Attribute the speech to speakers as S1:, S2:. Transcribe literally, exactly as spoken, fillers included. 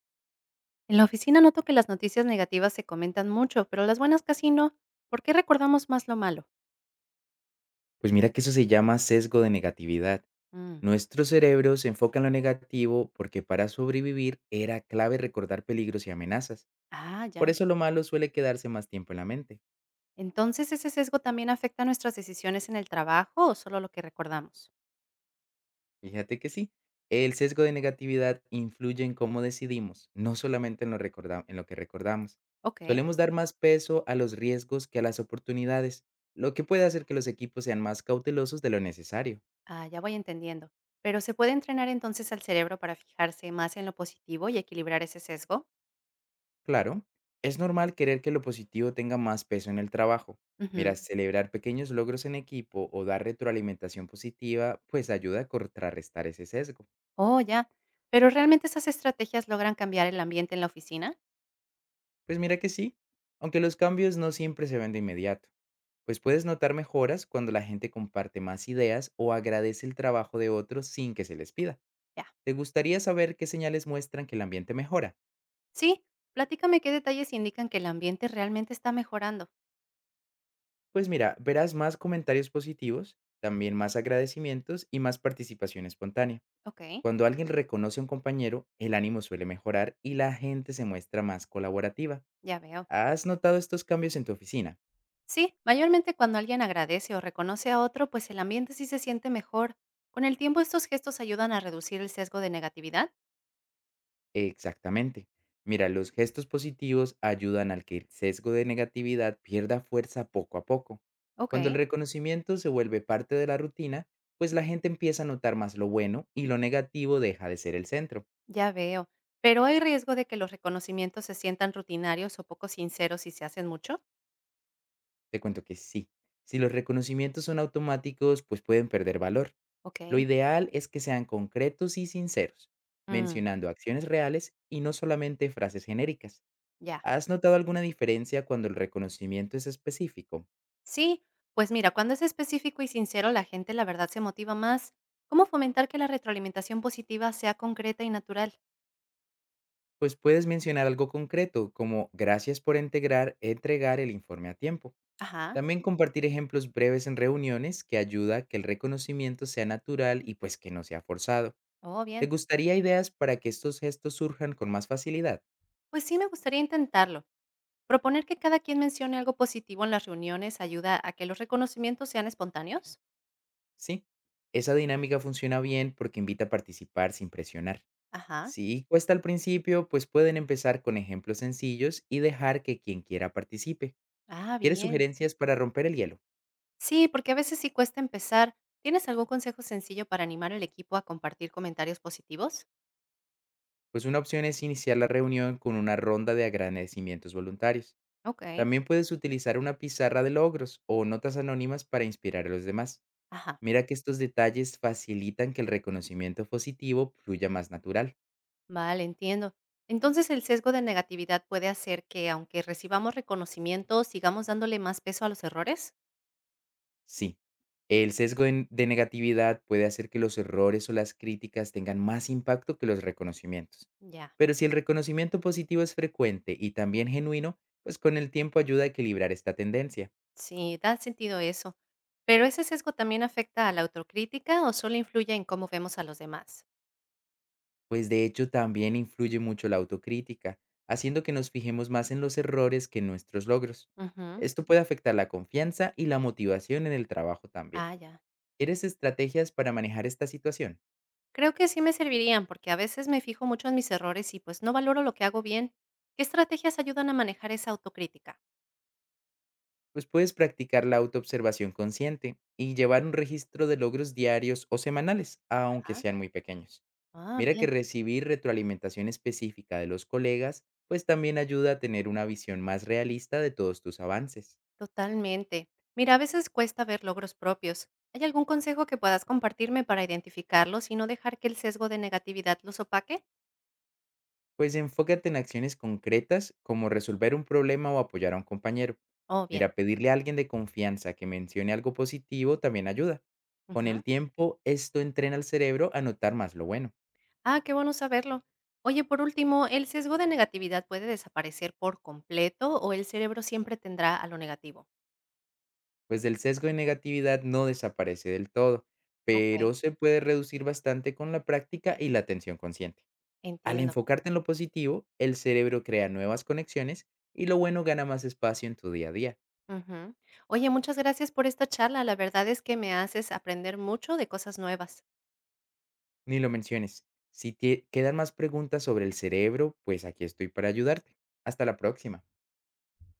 S1: En la oficina noto que las noticias negativas se comentan mucho, pero las buenas casi no. ¿Por qué recordamos más lo malo?
S2: Pues mira que eso se llama sesgo de negatividad.
S1: Mm.
S2: Nuestro cerebro se enfoca en lo negativo porque para sobrevivir era clave recordar peligros y amenazas.
S1: Ah,
S2: Por
S1: ya.
S2: eso lo malo suele quedarse más tiempo en la mente.
S1: Entonces, ¿ese sesgo también afecta nuestras decisiones en el trabajo o solo lo que recordamos?
S2: Fíjate que sí, el sesgo de negatividad influye en cómo decidimos, no solamente en lo, recorda- en lo que recordamos.
S1: Ok,
S2: Solemos dar más peso a los riesgos que a las oportunidades, lo que puede hacer que los equipos sean más cautelosos de lo necesario.
S1: ah, ya voy entendiendo. Pero ¿se puede entrenar entonces al cerebro para fijarse más en lo positivo y equilibrar ese sesgo?
S2: Claro, es normal querer que lo positivo tenga más peso en el trabajo. Mira,
S1: Ujú.
S2: celebrar pequeños logros en equipo o dar retroalimentación positiva, pues ayuda a contrarrestar ese sesgo.
S1: Oh, ya. Pero ¿realmente esas estrategias logran cambiar el ambiente en la oficina?
S2: Pues mira que sí, aunque los cambios no siempre se ven de inmediato, pues puedes notar mejoras cuando la gente comparte más ideas o agradece el trabajo de otros sin que se les pida.
S1: Ya.
S2: ¿Te gustaría saber qué señales muestran que el ambiente mejora?
S1: Sí, platícame qué detalles indican que el ambiente realmente está mejorando.
S2: Pues mira, verás más comentarios positivos, también más agradecimientos y más participación espontánea.
S1: Ok,
S2: Cuando alguien reconoce a un compañero, el ánimo suele mejorar y la gente se muestra más colaborativa.
S1: ya veo.
S2: ¿Has notado estos cambios en tu oficina?
S1: Sí, mayormente cuando alguien agradece o reconoce a otro, pues el ambiente sí se siente mejor. Con el tiempo estos gestos ayudan a reducir el sesgo de negatividad.
S2: Exactamente. Mira, los gestos positivos ayudan al que el sesgo de negatividad pierda fuerza poco a poco.
S1: Ok.
S2: Cuando el reconocimiento se vuelve parte de la rutina, pues la gente empieza a notar más lo bueno y lo negativo deja de ser el centro.
S1: Ya veo. Pero hay riesgo de que los reconocimientos se sientan rutinarios o poco sinceros si se hacen mucho.
S2: Te cuento que sí. Si los reconocimientos son automáticos, pues pueden perder valor.
S1: Ok.
S2: Lo ideal es que sean concretos y sinceros,
S1: Mm,
S2: mencionando acciones reales y no solamente frases genéricas.
S1: ya.
S2: ¿Has notado alguna diferencia cuando el reconocimiento es específico?
S1: Sí, pues mira, cuando es específico y sincero, la gente la verdad se motiva más. ¿Cómo fomentar que la retroalimentación positiva sea concreta y natural?
S2: Pues puedes mencionar algo concreto, como gracias por integrar, entregar el informe a tiempo.
S1: Ajá.
S2: También compartir ejemplos breves en reuniones que ayuda a que el reconocimiento sea natural y pues que no sea forzado.
S1: Oh,
S2: ¿Te
S1: bien.
S2: gustaría ideas para que estos gestos surjan con más facilidad?
S1: Pues sí, me gustaría intentarlo. Proponer que cada quien mencione algo positivo en las reuniones ayuda a que los reconocimientos sean espontáneos.
S2: Sí, esa dinámica funciona bien porque invita a participar sin presionar.
S1: Ajá.
S2: Si cuesta al principio, pues pueden empezar con ejemplos sencillos y dejar que quien quiera participe.
S1: Ah,
S2: ¿Quieres
S1: bien.
S2: sugerencias para romper el hielo?
S1: Sí, porque a veces sí cuesta empezar. ¿Tienes algún consejo sencillo para animar al equipo a compartir comentarios positivos?
S2: Pues una opción es iniciar la reunión con una ronda de agradecimientos voluntarios.
S1: Ok.
S2: También puedes utilizar una pizarra de logros o notas anónimas para inspirar a los demás.
S1: Ajá.
S2: Mira que estos detalles facilitan que el reconocimiento positivo fluya más natural.
S1: Vale, entiendo. Entonces el sesgo de negatividad puede hacer que, aunque recibamos reconocimiento, sigamos dándole más peso a los errores.
S2: Sí, el sesgo en- de negatividad puede hacer que los errores o las críticas tengan más impacto que los reconocimientos.
S1: Ya.
S2: Pero si el reconocimiento positivo es frecuente y también genuino, pues con el tiempo ayuda a equilibrar esta tendencia.
S1: Sí, da sentido eso. Pero ese sesgo también afecta a la autocrítica o solo influye en cómo vemos a los demás.
S2: Pues de hecho también influye mucho la autocrítica, haciendo que nos fijemos más en los errores que en nuestros logros.
S1: Ujú.
S2: Esto puede afectar la confianza y la motivación en el trabajo también.
S1: Ah, ya.
S2: ¿Quieres estrategias para manejar esta situación?
S1: Creo que sí me servirían porque a veces me fijo mucho en mis errores y pues no valoro lo que hago bien. ¿Qué estrategias ayudan a manejar esa autocrítica?
S2: Pues puedes practicar la autoobservación consciente y llevar un registro de logros diarios o semanales, aunque
S1: Ajá.
S2: sean muy pequeños.
S1: Ah,
S2: Mira que
S1: bien,
S2: recibir retroalimentación específica de los colegas, pues también ayuda a tener una visión más realista de todos tus avances.
S1: totalmente. Mira, a veces cuesta ver logros propios. ¿Hay algún consejo que puedas compartirme para identificarlos y no dejar que el sesgo de negatividad los opaque?
S2: Pues enfócate en acciones concretas como resolver un problema o apoyar a un compañero.
S1: Oh, bien.
S2: Mira, pedirle a alguien de confianza que mencione algo positivo también ayuda. Con
S1: Ujú.
S2: el tiempo, esto entrena al cerebro a notar más lo bueno.
S1: Ah, qué bueno saberlo. Oye, por último, ¿el sesgo de negatividad puede desaparecer por completo o el cerebro siempre tendrá a lo negativo?
S2: Pues el sesgo de negatividad no desaparece del todo, pero
S1: Ok.
S2: se puede reducir bastante con la práctica y la atención consciente. Al
S1: Entiendo.
S2: enfocarte en lo positivo, el cerebro crea nuevas conexiones y lo bueno gana más espacio en tu día a día.
S1: Ujú. Oye, muchas gracias por esta charla. La verdad es que me haces aprender mucho de cosas nuevas.
S2: Ni lo menciones. Si te quedan más preguntas sobre el cerebro, pues aquí estoy para ayudarte. Hasta la próxima.